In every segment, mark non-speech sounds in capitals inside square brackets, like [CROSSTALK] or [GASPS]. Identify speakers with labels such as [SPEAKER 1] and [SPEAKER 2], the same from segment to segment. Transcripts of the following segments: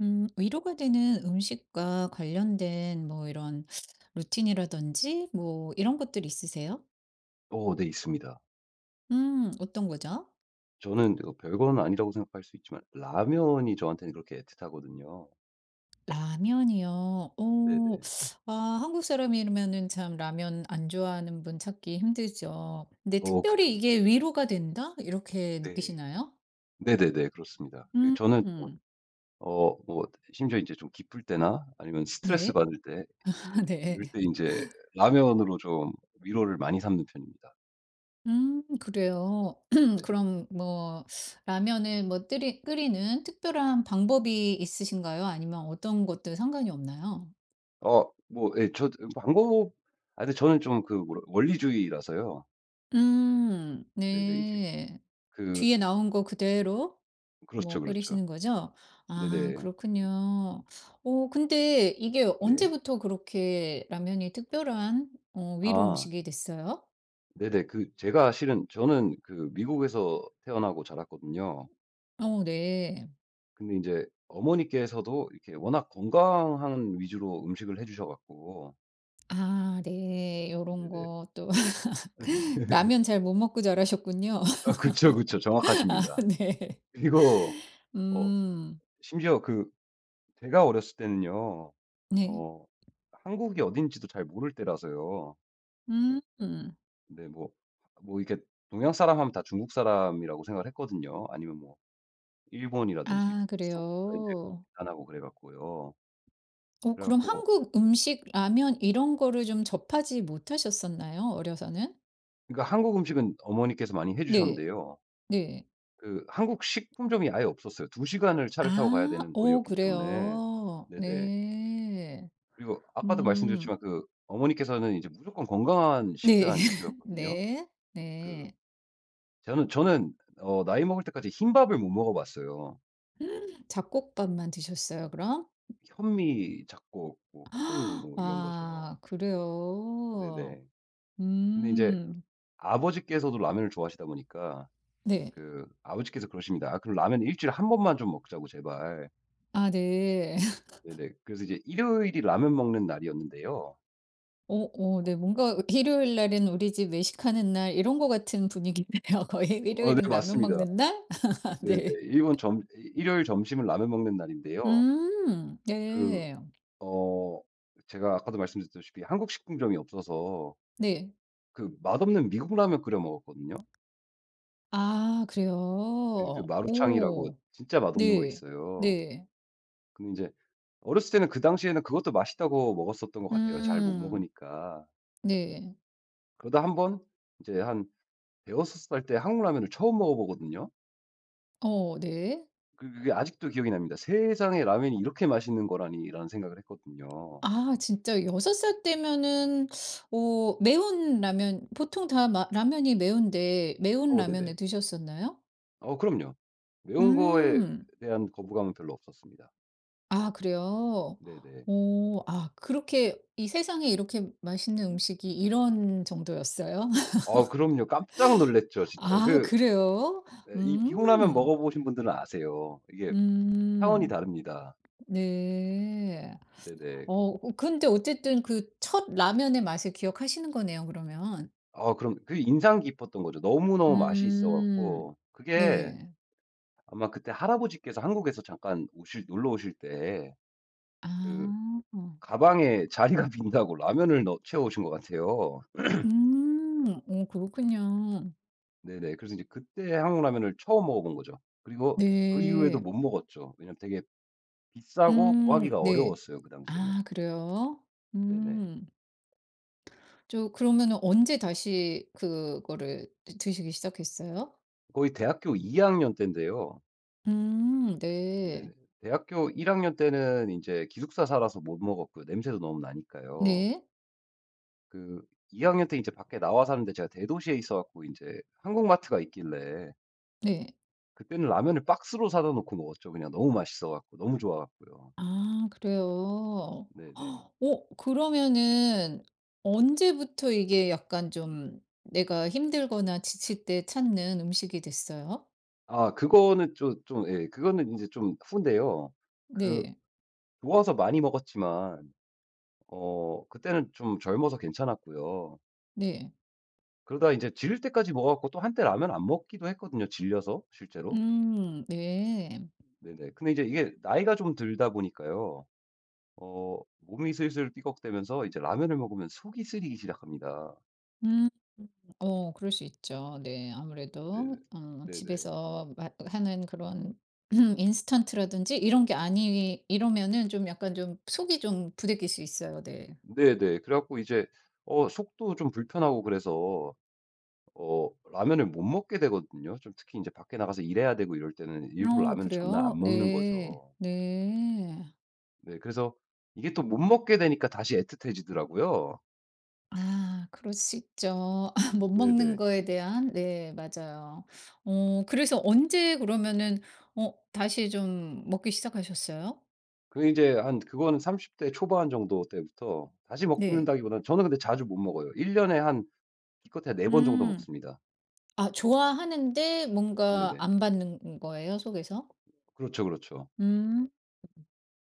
[SPEAKER 1] 위로가 되는 음식과 관련된 뭐 이런 루틴이라든지 뭐 이런 것들 있으세요?
[SPEAKER 2] 네, 있습니다.
[SPEAKER 1] 어떤 거죠?
[SPEAKER 2] 저는 그 별건 아니라고 생각할 수 있지만 라면이 저한테는 그렇게 애틋하거든요.
[SPEAKER 1] 라면이요. 오
[SPEAKER 2] 네네.
[SPEAKER 1] 아 한국 사람이면은 참 라면 안 좋아하는 분 찾기 힘들죠. 근데
[SPEAKER 2] 그쵸,
[SPEAKER 1] 특별히 이게
[SPEAKER 2] 그쵸.
[SPEAKER 1] '위로가 된다.' 이렇게
[SPEAKER 2] 네.
[SPEAKER 1] 느끼시나요?
[SPEAKER 2] 네네네. 그렇습니다.
[SPEAKER 1] 음
[SPEAKER 2] 저는 좀,
[SPEAKER 1] 음.
[SPEAKER 2] 어 뭐 심지어 이제 좀 기쁠 때나 아니면 스트레스
[SPEAKER 1] 네.
[SPEAKER 2] 받을 때
[SPEAKER 1] [LAUGHS] 네.
[SPEAKER 2] 이럴 때 이제 라면으로 좀 위로를 많이 삼는 편입니다.
[SPEAKER 1] 그래요. [CLEARS THROAT]
[SPEAKER 2] 네네.
[SPEAKER 1] 그럼 뭐 라면을 뭐 끓이는 특별한 방법이 있으신가요? 아니면 어떤 것도 상관이 없나요?
[SPEAKER 2] 어 뭐 예 저 방법, 아 근데 저는 좀 그 뭐라 원리주의라서요. 네네. 이제
[SPEAKER 1] 네.
[SPEAKER 2] 그
[SPEAKER 1] 뒤에 나온 거 그대로
[SPEAKER 2] 그렇죠,
[SPEAKER 1] 뭐
[SPEAKER 2] 그렇죠.
[SPEAKER 1] 끓이시는 거죠? 아
[SPEAKER 2] 네네.
[SPEAKER 1] 그렇군요. 오 근데 이게
[SPEAKER 2] 네.
[SPEAKER 1] 언제부터 그렇게 라면이 특별한 어 위로
[SPEAKER 2] 아.
[SPEAKER 1] 음식이 됐어요?
[SPEAKER 2] 네네. 제가 실은 저는 그 미국에서 태어나고 자랐거든요.
[SPEAKER 1] 어 네.
[SPEAKER 2] 근데 인제 어머니께서도 이렇게 워낙 건강한 위주로 음식을 해 주셔 갖고
[SPEAKER 1] 아 네. 요런
[SPEAKER 2] 네네.
[SPEAKER 1] 거 또 [LAUGHS]
[SPEAKER 2] [LAUGHS]
[SPEAKER 1] 라면 잘 못 먹고 자라셨군요.
[SPEAKER 2] 아 그쵸, 그쵸.
[SPEAKER 1] 아
[SPEAKER 2] 정확하십니다.
[SPEAKER 1] 네.
[SPEAKER 2] 그리고 어
[SPEAKER 1] 음.
[SPEAKER 2] 심지어 제가 어렸을 때는요.
[SPEAKER 1] 네.
[SPEAKER 2] 어 한국이 어딘지도 잘 모를 때라서요.
[SPEAKER 1] 음.
[SPEAKER 2] 근데 뭐 뭐 이렇게 동양 사람 하면 다 중국 사람이라고 생각을 했거든요. 아니면 뭐 일본이라든지
[SPEAKER 1] 아
[SPEAKER 2] 그때 [UNINTELLIGIBLE] 인제
[SPEAKER 1] 그래요.
[SPEAKER 2] 안 하고 그래 갖고요.
[SPEAKER 1] 어
[SPEAKER 2] 그래
[SPEAKER 1] 그럼
[SPEAKER 2] 갖고
[SPEAKER 1] 한국 음식, 라면 이런 거를 좀 접하지 못하셨었나요? 어려서는?
[SPEAKER 2] 그러니까 한국 음식은 어머니께서 많이 해
[SPEAKER 1] 네.
[SPEAKER 2] 주셨는데요.
[SPEAKER 1] 네.
[SPEAKER 2] 그 한국 식품점이 아예 없었어요. 2 시간을 차를 타고
[SPEAKER 1] 아.
[SPEAKER 2] 가야 되는
[SPEAKER 1] 오
[SPEAKER 2] 거리였기 때문에.
[SPEAKER 1] 그래요.
[SPEAKER 2] 네네.
[SPEAKER 1] 네.
[SPEAKER 2] 그리고 아까도
[SPEAKER 1] 음.
[SPEAKER 2] 말씀드렸지만 그 어머니께서는 이제 무조건 건강한
[SPEAKER 1] 네.
[SPEAKER 2] 식단
[SPEAKER 1] [LAUGHS]
[SPEAKER 2] 위주였거든요.
[SPEAKER 1] 네.
[SPEAKER 2] 그
[SPEAKER 1] 네.
[SPEAKER 2] 저는 나이 먹을 때까지 흰밥을 못 먹어 봤어요.
[SPEAKER 1] 잡곡밥만 드셨어요 그럼?
[SPEAKER 2] 현미 잡곡 뭐 콩
[SPEAKER 1] [GASPS]
[SPEAKER 2] 뭐 이런 거죠.
[SPEAKER 1] 아 그래요.
[SPEAKER 2] 네네. 근데 이제
[SPEAKER 1] 음.
[SPEAKER 2] 아버지께서도 라면을 좋아하시다 보니까
[SPEAKER 1] 네.
[SPEAKER 2] 그 아버지께서 그러십니다. "아 그럼 라면 일 주일에 번만 좀 먹자고 제발."
[SPEAKER 1] 아 네.
[SPEAKER 2] 네네. 그래서 이제 일요일이 라면 먹는 날이었는데요.
[SPEAKER 1] 어 어 네. 뭔가 일요일 날은 우리 집 외식하는 날 이런 거 같은 분위기네요. [LAUGHS] 거의
[SPEAKER 2] 네,
[SPEAKER 1] 일요일은 라면
[SPEAKER 2] 맞습니다.
[SPEAKER 1] 먹는 날? [LAUGHS]
[SPEAKER 2] 네네.
[SPEAKER 1] 네.
[SPEAKER 2] 일본 점 이 일요일 점심은 라면 먹는 날인데요.
[SPEAKER 1] 음.
[SPEAKER 2] 그
[SPEAKER 1] 네.
[SPEAKER 2] 어 제가 아까도 말씀드렸다시피 한국 식품점이 없어서
[SPEAKER 1] 네.
[SPEAKER 2] 그 맛없는 미국 라면 끓여 먹었거든요.
[SPEAKER 1] 아 그래요?
[SPEAKER 2] 예, 그 마루창이라고
[SPEAKER 1] 오.
[SPEAKER 2] 진짜 맛없는 거
[SPEAKER 1] 네.
[SPEAKER 2] 있어요.
[SPEAKER 1] 네. 네.
[SPEAKER 2] 근데 인제 어렸을 때는 그 당시에는 그것도 맛있다고 먹었었던 것 같아요, 잘 못
[SPEAKER 1] 음.
[SPEAKER 2] 먹으니까.
[SPEAKER 1] 네.
[SPEAKER 2] 그러다 한 번 이제 한 대여섯 살 때 한국 라면을 처음 먹어보거든요.
[SPEAKER 1] 어 네.
[SPEAKER 2] 그게 아직도 기억이 납니다. '세상에 라면이 이렇게 맛있는 거라니.'라는 생각을 했거든요.
[SPEAKER 1] 아 진짜 6살 때면은 오 매운 라면 보통 다 마 라면이 매운데 매운
[SPEAKER 2] 네네.
[SPEAKER 1] 라면을 드셨었나요?
[SPEAKER 2] 어 그럼요. 매운 거에
[SPEAKER 1] 음.
[SPEAKER 2] 대한 거부감은 별로 없었습니다.
[SPEAKER 1] 아 그래요?
[SPEAKER 2] 네네.
[SPEAKER 1] 오, 아 그렇게 이 세상에 이렇게 맛있는 음식이 이런 정도였어요? [LAUGHS]
[SPEAKER 2] 아 그럼요. 깜짝 놀랐죠 진짜.
[SPEAKER 1] 아 그래요?
[SPEAKER 2] 예, 이 미국 라면
[SPEAKER 1] 음.
[SPEAKER 2] 먹어보신 분들은 아세요. 이게 차원이
[SPEAKER 1] 음.
[SPEAKER 2] 다릅니다.
[SPEAKER 1] 네.
[SPEAKER 2] 네네.
[SPEAKER 1] 어 그, 근데 어쨌든 그 첫 라면의 맛을 기억하시는 거네요 그러면.
[SPEAKER 2] 아 그럼 그게 인상 깊었던 거죠. 너무너무 맛이 있어
[SPEAKER 1] 음.
[SPEAKER 2] 갖고 그게
[SPEAKER 1] 네.
[SPEAKER 2] 아마 그때 할아버지께서 한국에서 잠깐 오실, 놀러 오실 때 그
[SPEAKER 1] 아.
[SPEAKER 2] 가방에 자리가 [LAUGHS] 빈다고 라면을 넣 채워 오신 것 같아요.
[SPEAKER 1] 음. 어 그렇군요.
[SPEAKER 2] 네네. 그래서 인제 그때 한국 라면을 처음 먹어 본 거죠. 그리고 그 이후에도
[SPEAKER 1] 네.
[SPEAKER 2] 못 먹었죠. 왜냐면 되게 비싸고 구하기가
[SPEAKER 1] 네.
[SPEAKER 2] 어려웠어요 그 당시에는.
[SPEAKER 1] 아 그래요?
[SPEAKER 2] 네네.
[SPEAKER 1] 음. 저 그러면은 언제 다시 그거를 드 드시기 시작했어요?
[SPEAKER 2] 거의 대학교 2 학년 때인데요. 네네.
[SPEAKER 1] 네.
[SPEAKER 2] 대학교 1 학년 때는 인제 기숙사 살아서 못 먹었고요, 냄새도 너무 나니까요.
[SPEAKER 1] 네.
[SPEAKER 2] 그 2 학년 때 인제 밖에 나와 사는데 제가 대도시에 있어 갖고 인제 한국마트가 있길래
[SPEAKER 1] 네.
[SPEAKER 2] 그때는 라면을 박스로 사다 놓고 먹었죠, 그냥 너무 맛있어 갖고 너무 좋아 갖고요.
[SPEAKER 1] 아 그래요.
[SPEAKER 2] 네네.
[SPEAKER 1] 헉, 어 그러면은 언제부터 이게 약간 좀 내가 힘들거나 지칠 때 찾는 음식이 됐어요?
[SPEAKER 2] 아 그거는 좀 좀 예, 그거는 인제 좀 후인데요. 그
[SPEAKER 1] 네.
[SPEAKER 2] 좋아서 많이 먹었지만 그때는 좀 젊어서 괜찮았고요.
[SPEAKER 1] 네.
[SPEAKER 2] 그러다 인제 질릴 때까지 먹어 갖고 또 한때 라면 안 먹기도 했거든요, 질려서 실제로.
[SPEAKER 1] 네.
[SPEAKER 2] 네네. 근데 이제 이게 나이가 좀 들다 보니까요. 몸이 슬슬 삐걱대면서 이제 라면을 먹으면 속이 쓰리기 시작합니다.
[SPEAKER 1] 음. 어 그럴 수 있죠. 네.
[SPEAKER 2] 네네.
[SPEAKER 1] 아무래도 어
[SPEAKER 2] 네네.
[SPEAKER 1] 집에서 마 하는 그런 [CLEARS THROAT] 인스턴트라든지 이런 게 아니 이러면은 좀 약간 좀 속이 좀 부대낄 수 있어요. 네.
[SPEAKER 2] 네네. 그래 갖고 이제 속도 좀 불편하고 그래서 라면을 못 먹게 되거든요. 좀 특히 이제 밖에 나가서 일해야 되고 이럴 때는 일부러
[SPEAKER 1] 어
[SPEAKER 2] 라면을 전날 안
[SPEAKER 1] 그래요?
[SPEAKER 2] 먹는
[SPEAKER 1] 네.
[SPEAKER 2] 거죠.
[SPEAKER 1] 네.
[SPEAKER 2] 네, 그래서 이게 또 못 먹게 되니까 다시 애틋해지더라고요.
[SPEAKER 1] 아 그럴 수 있죠. [LAUGHS] 못 먹는
[SPEAKER 2] 네네.
[SPEAKER 1] 거에 대한 네 맞아요. 어 그래서 언제 그러면은 어 다시 좀 먹기 시작하셨어요?
[SPEAKER 2] 그 이제 한 그거는 30대 초반 정도 때부터 다시
[SPEAKER 1] 네.
[SPEAKER 2] 먹는다기보다는, 저는 근데 자주 못 먹어요. 1 년에 한 기껏해야 4번 정도
[SPEAKER 1] 음.
[SPEAKER 2] 먹습니다.
[SPEAKER 1] 아 좋아하는데 뭔가
[SPEAKER 2] 네네.
[SPEAKER 1] 안 받는 거예요, 속에서?
[SPEAKER 2] 그렇죠, 그렇죠.
[SPEAKER 1] 음.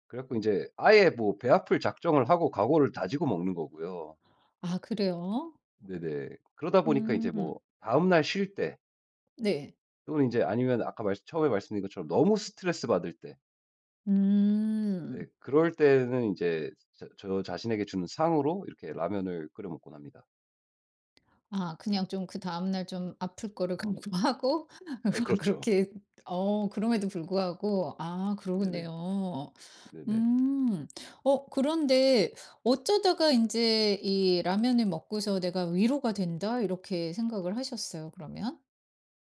[SPEAKER 2] 그래 갖고 이제 아예 뭐 배 아플 작정을 하고 각오를 다지고 먹는 거고요.
[SPEAKER 1] 아 그래요?
[SPEAKER 2] 네네. 그러다 보니까 이제
[SPEAKER 1] 음.
[SPEAKER 2] 뭐 다음날 쉴때
[SPEAKER 1] 네.
[SPEAKER 2] 또는 이제 아니면 아까 말씀, 처음에 말씀드린 것처럼 너무 스트레스 받을 때, 예
[SPEAKER 1] 음.
[SPEAKER 2] 그럴 때는 이제 저 자신에게 주는 상으로 이렇게 라면을 끓여 먹곤 합니다.
[SPEAKER 1] 아 그냥 좀 그다음 날 좀 아플 거를 강구하고
[SPEAKER 2] 아
[SPEAKER 1] [LAUGHS]
[SPEAKER 2] 그렇죠.
[SPEAKER 1] 그렇게 어 그럼에도 불구하고 아
[SPEAKER 2] 네네.
[SPEAKER 1] 그러네요.
[SPEAKER 2] 네네.
[SPEAKER 1] 음. 어 그런데 어쩌다가 이제 이 '라면을 먹고서 내가 위로가 된다.' 이렇게 생각을 하셨어요, 그러면?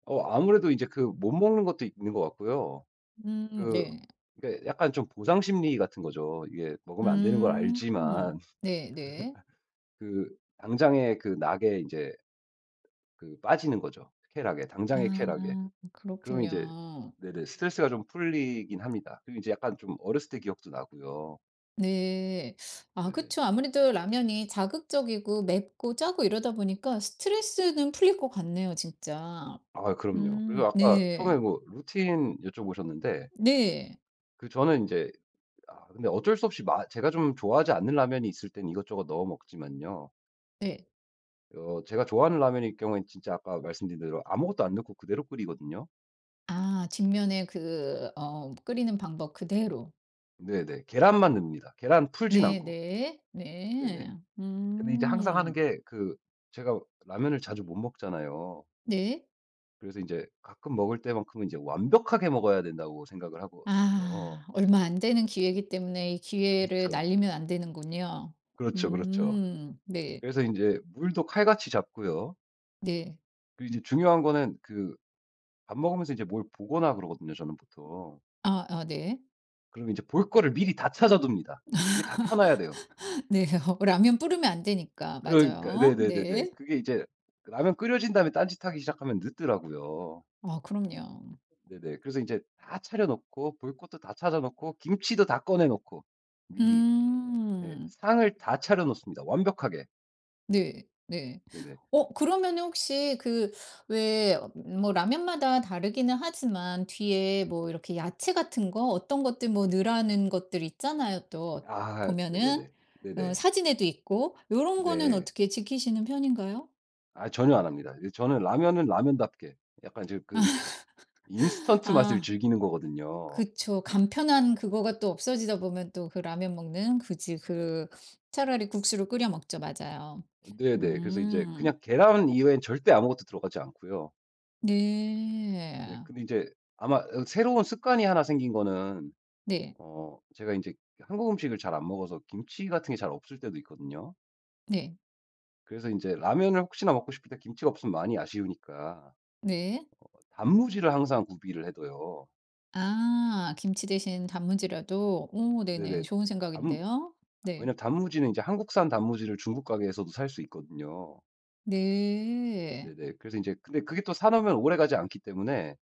[SPEAKER 2] 아무래도 이제 그 못 먹는 것도 있는 것 같고요. 그
[SPEAKER 1] 네.
[SPEAKER 2] 그러니까 약간 좀 보상 심리 같은 거죠. 이게 먹으면 안 되는 걸
[SPEAKER 1] 음.
[SPEAKER 2] 알지만 [LAUGHS]
[SPEAKER 1] 네네.
[SPEAKER 2] 그 당장의 그 낙에 이제 그 빠지는 거죠. 쾌락에, 당장의 쾌락에.
[SPEAKER 1] 아
[SPEAKER 2] 그러면 이제
[SPEAKER 1] 그렇군요.
[SPEAKER 2] 네네, 스트레스가 좀 풀리긴 합니다. 그리고 이제 약간 좀 어렸을 때 기억도 나고요.
[SPEAKER 1] 네. 아
[SPEAKER 2] 네네.
[SPEAKER 1] 그쵸. 아무래도 라면이 자극적이고 맵고 짜고 이러다 보니까 스트레스는 풀릴 것 같네요 진짜.
[SPEAKER 2] 아 그럼요. 그래서 아까 처음에
[SPEAKER 1] 네.
[SPEAKER 2] 뭐 루틴 여쭤보셨는데
[SPEAKER 1] 네.
[SPEAKER 2] 저는 인제, 아 근데 어쩔 수 없이 마 제가 좀 좋아하지 않는 라면이 있을 땐 이것저것 넣어 먹지만요.
[SPEAKER 1] 네.
[SPEAKER 2] 제가 좋아하는 라면일 경우엔 진짜 아까 말씀드린 대로 아무것도 안 넣고 그대로 끓이거든요.
[SPEAKER 1] 아 뒷면에 그 어 끓이는 방법 그대로.
[SPEAKER 2] 네네. 계란만 넣습니다. 계란 풀진 않고.
[SPEAKER 1] 네네. 네.
[SPEAKER 2] 네네.
[SPEAKER 1] 네.
[SPEAKER 2] 근데 이제 항상 하는
[SPEAKER 1] 음.
[SPEAKER 2] 게 제가 라면을 자주 못 먹잖아요.
[SPEAKER 1] 네.
[SPEAKER 2] 그래서 인제 가끔 먹을 때만큼은 이제 완벽하게 먹어야 된다고 생각을 하거든요.
[SPEAKER 1] 아 얼마 안 되는 기회이기 때문에 이 기회를
[SPEAKER 2] 그렇죠.
[SPEAKER 1] 날리면 안 되는군요.
[SPEAKER 2] 그렇죠, 그렇죠.
[SPEAKER 1] 네.
[SPEAKER 2] 그래서 이제 물도 칼같이 잡고요.
[SPEAKER 1] 네.
[SPEAKER 2] 그리고 이제 중요한 거는 밥 먹으면서 이제 뭘 보거나 그러거든요 저는 보통.
[SPEAKER 1] 아 아 네.
[SPEAKER 2] 그러면 이제 볼 거를 미리 다 찾아 둡니다. 이게 다 켜 놔야 돼요.
[SPEAKER 1] [LAUGHS] 네. [LAUGHS] 라면 뿌르면 안 되니까.
[SPEAKER 2] 그러니까
[SPEAKER 1] 맞아요.
[SPEAKER 2] 네네네네.
[SPEAKER 1] 네.
[SPEAKER 2] 그게 이제 라면 끓여진 다음에 딴짓하기 시작하면 늦더라고요.
[SPEAKER 1] 아 그럼요.
[SPEAKER 2] 네네. 그래서 이제 다 차려 놓고 볼 것도 다 찾아 놓고 김치도 다 꺼내 놓고 미리. 네.
[SPEAKER 1] 음.
[SPEAKER 2] 상을 다 차려 놓습니다 완벽하게.
[SPEAKER 1] 네. 네.
[SPEAKER 2] 네네.
[SPEAKER 1] 어 그러면 혹시 그 왜 뭐 라면마다 다르기는 하지만 뒤에 뭐 이렇게 야채 같은 거 어떤 것들 뭐 넣으라는 것들 있잖아요 또
[SPEAKER 2] 아
[SPEAKER 1] 보면은.
[SPEAKER 2] 네네네.
[SPEAKER 1] 어
[SPEAKER 2] 네네.
[SPEAKER 1] 사진에도 있고 요런 거는
[SPEAKER 2] 네.
[SPEAKER 1] 어떻게 지키시는 편인가요?
[SPEAKER 2] 아 전혀 안 합니다. 저는 라면은 라면답게 약간 이제 인스턴트 맛을
[SPEAKER 1] 아.
[SPEAKER 2] 즐기는 거거든요.
[SPEAKER 1] 그쵸. 간편한 그거가 또 없어지다 보면 또 그 라면 먹는 그지 그 차라리 국수로 끓여 먹죠. 맞아요.
[SPEAKER 2] 네네. 그래서 이제
[SPEAKER 1] 음.
[SPEAKER 2] 그냥 계란 이외엔 절대 아무것도 들어가지 않고요. 네,
[SPEAKER 1] 네.
[SPEAKER 2] 근데 이제 아마 새로운 습관이 하나 생긴 거는
[SPEAKER 1] 네.
[SPEAKER 2] 제가 이제 한국 음식을 잘 안 먹어서 김치 같은 게 잘 없을 때도 있거든요.
[SPEAKER 1] 네.
[SPEAKER 2] 그래서 이제 라면을 혹시나 먹고 싶을 때 김치가 없으면 많이 아쉬우니까
[SPEAKER 1] 네.
[SPEAKER 2] 단무지를 항상 구비를 해 둬요.
[SPEAKER 1] 아 김치 대신 단무지라도 오 네네.
[SPEAKER 2] 네네.
[SPEAKER 1] 좋은
[SPEAKER 2] 단
[SPEAKER 1] 생각인데요. 네.
[SPEAKER 2] 왜냐면 단무지는 이제 한국산 단무지를 중국 가게에서도 살 수 있거든요.
[SPEAKER 1] 네.
[SPEAKER 2] 네네. 그래서 인제 근데 그게 또 사놓으면 오래가지 않기 때문에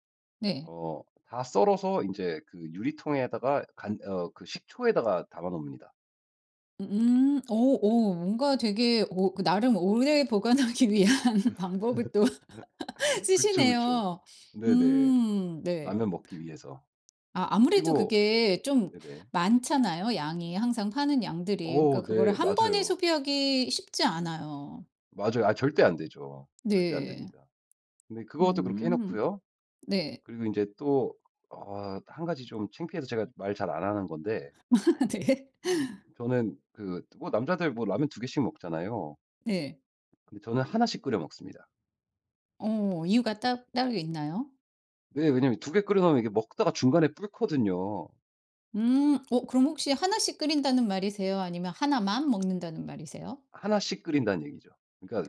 [SPEAKER 1] 네.
[SPEAKER 2] 어 다 썰어서 인제 그 유리통에다가 간 어 그 식초에다가 담아 놓습니다.
[SPEAKER 1] 음. 오 오 뭔가 되게 오 그 나름 오래 보관하기 [LAUGHS] 위한 방법을 또
[SPEAKER 2] 그쵸, 그쵸.
[SPEAKER 1] 쓰시네요.
[SPEAKER 2] 네네.
[SPEAKER 1] 음. 네.
[SPEAKER 2] 라면 먹기 위해서.
[SPEAKER 1] 아 아무래도
[SPEAKER 2] 그리고
[SPEAKER 1] 그게 좀
[SPEAKER 2] 네네.
[SPEAKER 1] 많잖아요, 양이. 항상 파는 양들이. 그러니까
[SPEAKER 2] 어
[SPEAKER 1] 그거를
[SPEAKER 2] 네.
[SPEAKER 1] 한 번에
[SPEAKER 2] 맞아요.
[SPEAKER 1] 소비하기 쉽지 않아요.
[SPEAKER 2] 맞아요. 아 절대 안 되죠. 절대 안
[SPEAKER 1] 네.
[SPEAKER 2] 됩니다. 근데 그것도 그렇게 해
[SPEAKER 1] 음.
[SPEAKER 2] 놓고요.
[SPEAKER 1] 네.
[SPEAKER 2] 그리고 인제 또 한 가지 좀 창피해서 제가 말 잘 안 하는 건데
[SPEAKER 1] [LAUGHS] 네.
[SPEAKER 2] 저는 그 뭐 남자들 뭐 라면 두 개씩 먹잖아요.
[SPEAKER 1] 네.
[SPEAKER 2] 근데 저는 하나씩 끓여 먹습니다.
[SPEAKER 1] 어 이유가 딱 따로 있나요?
[SPEAKER 2] 네. 왜냐면 두 개 끓여 놓으면 이게 먹다가 중간에 불거든요.
[SPEAKER 1] 음. 어 그럼 혹시 하나씩 끓인다는 말이세요? 아니면 하나만 먹는다는 말이세요?
[SPEAKER 2] 하나씩 끓인다는 얘기죠. 그러니까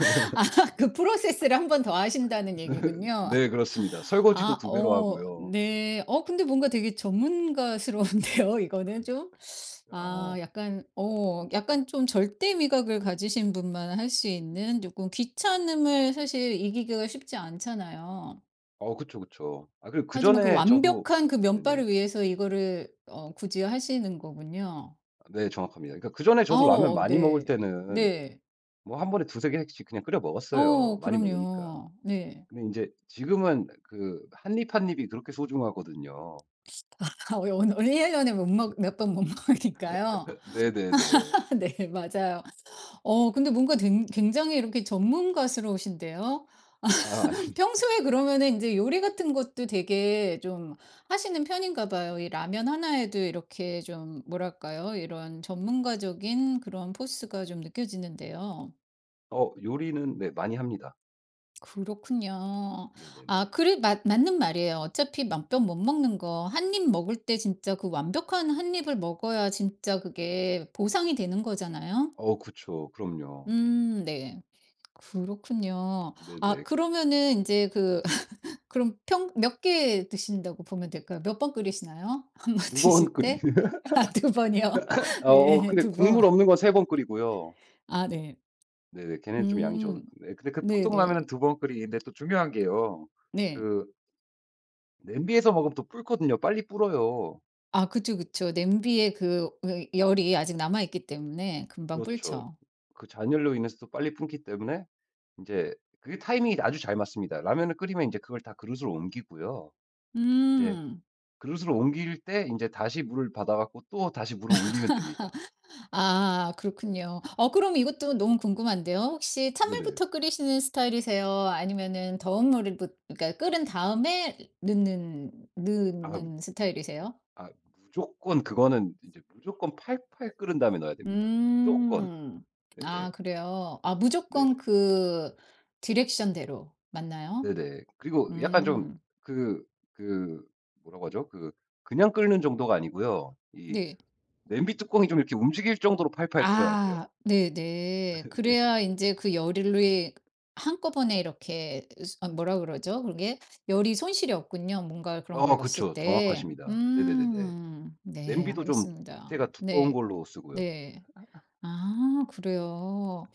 [SPEAKER 1] [LAUGHS] 아 그 프로세스를 한 번 더 하신다는
[SPEAKER 2] [LAUGHS]
[SPEAKER 1] 얘기군요.
[SPEAKER 2] 네 그렇습니다. 설거지도
[SPEAKER 1] 아
[SPEAKER 2] 두 배로
[SPEAKER 1] 어
[SPEAKER 2] 하고요.
[SPEAKER 1] 네. 어 근데 뭔가 되게 전문가스러운데요 [LAUGHS] 이거는 좀. 아
[SPEAKER 2] 아.
[SPEAKER 1] 약간 어 약간 좀 절대 미각을 가지신 분만 할 수 있는 조금 귀찮음을 사실 이기기가 쉽지 않잖아요.
[SPEAKER 2] 어 그쵸, 그쵸. 아 그리고
[SPEAKER 1] 하지만 그
[SPEAKER 2] 그전에 저도
[SPEAKER 1] 완벽한 그
[SPEAKER 2] 네네.
[SPEAKER 1] 면발을 위해서 이거를 어 굳이 하시는 거군요.
[SPEAKER 2] 네, 정확합니다. 그러니까 그전에 저도 라면
[SPEAKER 1] 아어
[SPEAKER 2] 많이 먹을
[SPEAKER 1] 네.
[SPEAKER 2] 때는
[SPEAKER 1] 네.
[SPEAKER 2] 뭐 한 번에 두세 개씩 그냥 끓여 먹었어요,
[SPEAKER 1] 어
[SPEAKER 2] 많이 먹으니까.
[SPEAKER 1] 그럼요. 네.
[SPEAKER 2] 근데 인제 지금은 한 입 한 입이 그렇게 소중하거든요.
[SPEAKER 1] [LAUGHS] 아늘원원1 년에 못 먹 몇 번 못 먹으니까요.
[SPEAKER 2] 네네네.
[SPEAKER 1] [LAUGHS] 네 맞아요. 어 근데 뭔가 댕 굉장히 이렇게 전문가스러우신데요.
[SPEAKER 2] 아 아니
[SPEAKER 1] [LAUGHS] 평소에 그러면은 이제 요리 같은 것도 되게 좀 하시는 편인가 봐요. 이 라면 하나에도 이렇게 좀 뭐랄까요? 이런 전문가적인 그런 포스가 좀 느껴지는데요.
[SPEAKER 2] 어 요리는 네, 많이 합니다.
[SPEAKER 1] 그렇군요. 아
[SPEAKER 2] 네네네.
[SPEAKER 1] 그래 맞 맞는 말이에요. 어차피 맘병 못 먹는 거 한 입 먹을 때 진짜 그 완벽한 한 입을 먹어야 진짜 그게 보상이 되는 거잖아요.
[SPEAKER 2] 어 그쵸. 그럼요.
[SPEAKER 1] 네. 그렇군요. 아
[SPEAKER 2] 네네.
[SPEAKER 1] 그러면은 이제 그 [LAUGHS] 그럼 평 몇 개 드신다고 보면 될까요? 몇 번 끓이시나요? [LAUGHS] 한번
[SPEAKER 2] 두 번
[SPEAKER 1] 드실
[SPEAKER 2] 끓이
[SPEAKER 1] 때?
[SPEAKER 2] [LAUGHS]
[SPEAKER 1] [LAUGHS] 아 두 번이요? [LAUGHS]
[SPEAKER 2] 어어
[SPEAKER 1] 네
[SPEAKER 2] 근데
[SPEAKER 1] 두 번.
[SPEAKER 2] 국물 없는 건 세 번 끓이고요.
[SPEAKER 1] 아 네.
[SPEAKER 2] 네네. 걔네는 좀 양이 적어,
[SPEAKER 1] 음.
[SPEAKER 2] 네. 근데 그
[SPEAKER 1] 네네.
[SPEAKER 2] 보통
[SPEAKER 1] 네.
[SPEAKER 2] 라면은 두 번 끓이는데 또 중요한 게요.
[SPEAKER 1] 네.
[SPEAKER 2] 그 냄비에서 먹으면 또 불거든요. 빨리 불어요.
[SPEAKER 1] 아 그쵸, 그쵸. 냄비에 그 그 열이 아직 남아 있기 때문에 금방
[SPEAKER 2] 그렇죠.
[SPEAKER 1] 불죠.
[SPEAKER 2] 그 잔열로 인해서 또 빨리 불기 때문에 인제 그게 타이밍이 아주 잘 맞습니다. 라면을 끓이면 인제 그걸 다 그릇으로 옮기고요. 인제
[SPEAKER 1] 음.
[SPEAKER 2] 그릇으로 옮길 때 인제 다시 물을 받아 갖고 또 다시 물을 올리면 됩니다.
[SPEAKER 1] 아 그렇군요. 어 그럼 이것도 너무 궁금한데요. 혹시
[SPEAKER 2] 네네.
[SPEAKER 1] 찬물부터 끓이시는 스타일이세요? 아니면은 더운 물을 부 그러니까 끓은 다음에 넣는
[SPEAKER 2] 아
[SPEAKER 1] 스타일이세요?
[SPEAKER 2] 아 무조건 그거는 이제 무조건 팔팔 끓은 다음에 넣어야 됩니다. 무조건.
[SPEAKER 1] 음.
[SPEAKER 2] 예예. 네.
[SPEAKER 1] 아 그래요. 아
[SPEAKER 2] 네.
[SPEAKER 1] 무조건 그 디렉션대로 맞나요?
[SPEAKER 2] 네네. 그리고 약간 좀
[SPEAKER 1] 음.
[SPEAKER 2] 그 그 뭐라고 하죠? 그냥 끓는 정도가 아니고요. 이
[SPEAKER 1] 네.
[SPEAKER 2] 냄비 뚜껑이 좀 이렇게 움직일 정도로 팔팔 끓어야 돼요.
[SPEAKER 1] 아 네네. 그래야 이제 그 열이 한꺼번에 이렇게 스 아 뭐라 그러죠? 그게 열이 손실이 없군요, 뭔가 그런 걸
[SPEAKER 2] 어
[SPEAKER 1] 넣었을
[SPEAKER 2] 그쵸.
[SPEAKER 1] 때.
[SPEAKER 2] 정확하십니다. 네네네네.
[SPEAKER 1] 음. 네
[SPEAKER 2] 냄비도 좀
[SPEAKER 1] 알겠습니다.
[SPEAKER 2] 밑에가 두꺼운
[SPEAKER 1] 네.
[SPEAKER 2] 걸로 쓰고요.
[SPEAKER 1] 네. 아 그래요.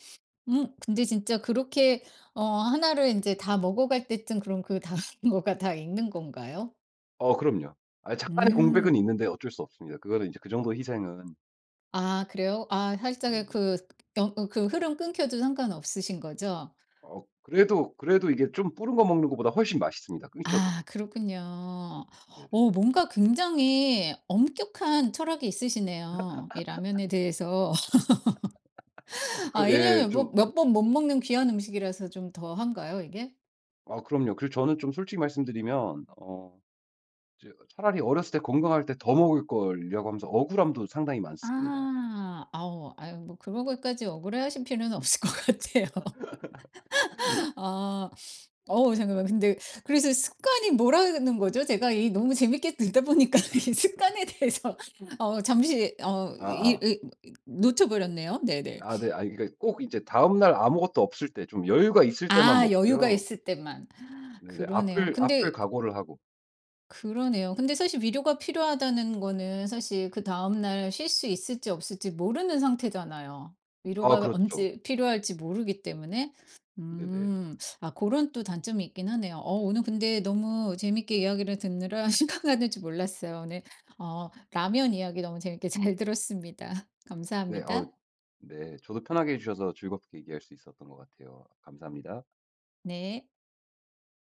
[SPEAKER 1] 근데 진짜 그렇게 어 하나를 이제 다 먹어갈 때쯤 그럼 그 다른 [LAUGHS] 거가 다 있는 건가요?
[SPEAKER 2] 어 그럼요. 아 잠깐의 공백은
[SPEAKER 1] 음.
[SPEAKER 2] 있는데 어쩔 수 없습니다. 그거는 이제 그 정도 희생은
[SPEAKER 1] 아 그래요? 아 살짝의
[SPEAKER 2] 네네.
[SPEAKER 1] 그 영 그 흐름 끊겨도 상관없으신 거죠?
[SPEAKER 2] 어, 그래도 그래도 이게 좀 불은 거 먹는 것보다 훨씬 맛있습니다, 끊겨도.
[SPEAKER 1] 아 그렇군요.
[SPEAKER 2] 네네.
[SPEAKER 1] 어 뭔가 굉장히 엄격한 철학이 있으시네요. 이 라면에 대해서. [LAUGHS]
[SPEAKER 2] 그
[SPEAKER 1] 아 1
[SPEAKER 2] 예
[SPEAKER 1] 년에 뭐
[SPEAKER 2] 좀
[SPEAKER 1] 몇 번 못 먹는 귀한 음식이라서 좀 더한가요 이게?
[SPEAKER 2] 아 그럼요. 그리고 저는 좀 솔직히 말씀드리면 이제 차라리 어렸을 때 건강할 때 더 먹을걸이라고 하면서 억울함도 상당히 많습니다.
[SPEAKER 1] 아. 아우 아유 뭐 그런 것까지 억울해하실 필요는 없을 것 같아요. [LAUGHS] 아. 어우 잠깐만 근데 그래서 습관이 뭐라는 거죠? 제가 이 너무 재밌게 듣다 보니까 [LAUGHS] 이 습관에 대해서 어 잠시 어 이
[SPEAKER 2] 아아.
[SPEAKER 1] 이 놓쳐 버렸네요. 네네.
[SPEAKER 2] 네. 아니 그러니까 꼭 이제 다음 날 아무것도 없을 때 좀 여유가 있을 때만
[SPEAKER 1] 아 여유가
[SPEAKER 2] 먹고요.
[SPEAKER 1] 있을 때만.
[SPEAKER 2] 네네.
[SPEAKER 1] 그러네요.
[SPEAKER 2] 아플
[SPEAKER 1] 근데
[SPEAKER 2] 각오를 하고.
[SPEAKER 1] 그러네요. 근데 사실 위로가 필요하다는 거는 사실 그다음 날 쉴 수 있을지 없을지 모르는 상태잖아요.
[SPEAKER 2] 아
[SPEAKER 1] 위로가
[SPEAKER 2] 그렇죠.
[SPEAKER 1] 언제 필요할지 모르기 때문에.
[SPEAKER 2] 네네.
[SPEAKER 1] 음. 아 그런 또 단점이 있긴 하네요. 어 오늘 근데 너무 재밌게 이야기를 듣느라 [LAUGHS] 시간 가는 줄 몰랐어요. 오늘 어 라면 이야기 너무 재밌게 잘 들었습니다. [LAUGHS]
[SPEAKER 2] 네. 아우
[SPEAKER 1] 감사합니다.
[SPEAKER 2] 네. 저도 편하게 해 주셔서 즐겁게 얘기할 수 있었던 것 같아요. 감사합니다.
[SPEAKER 1] 네.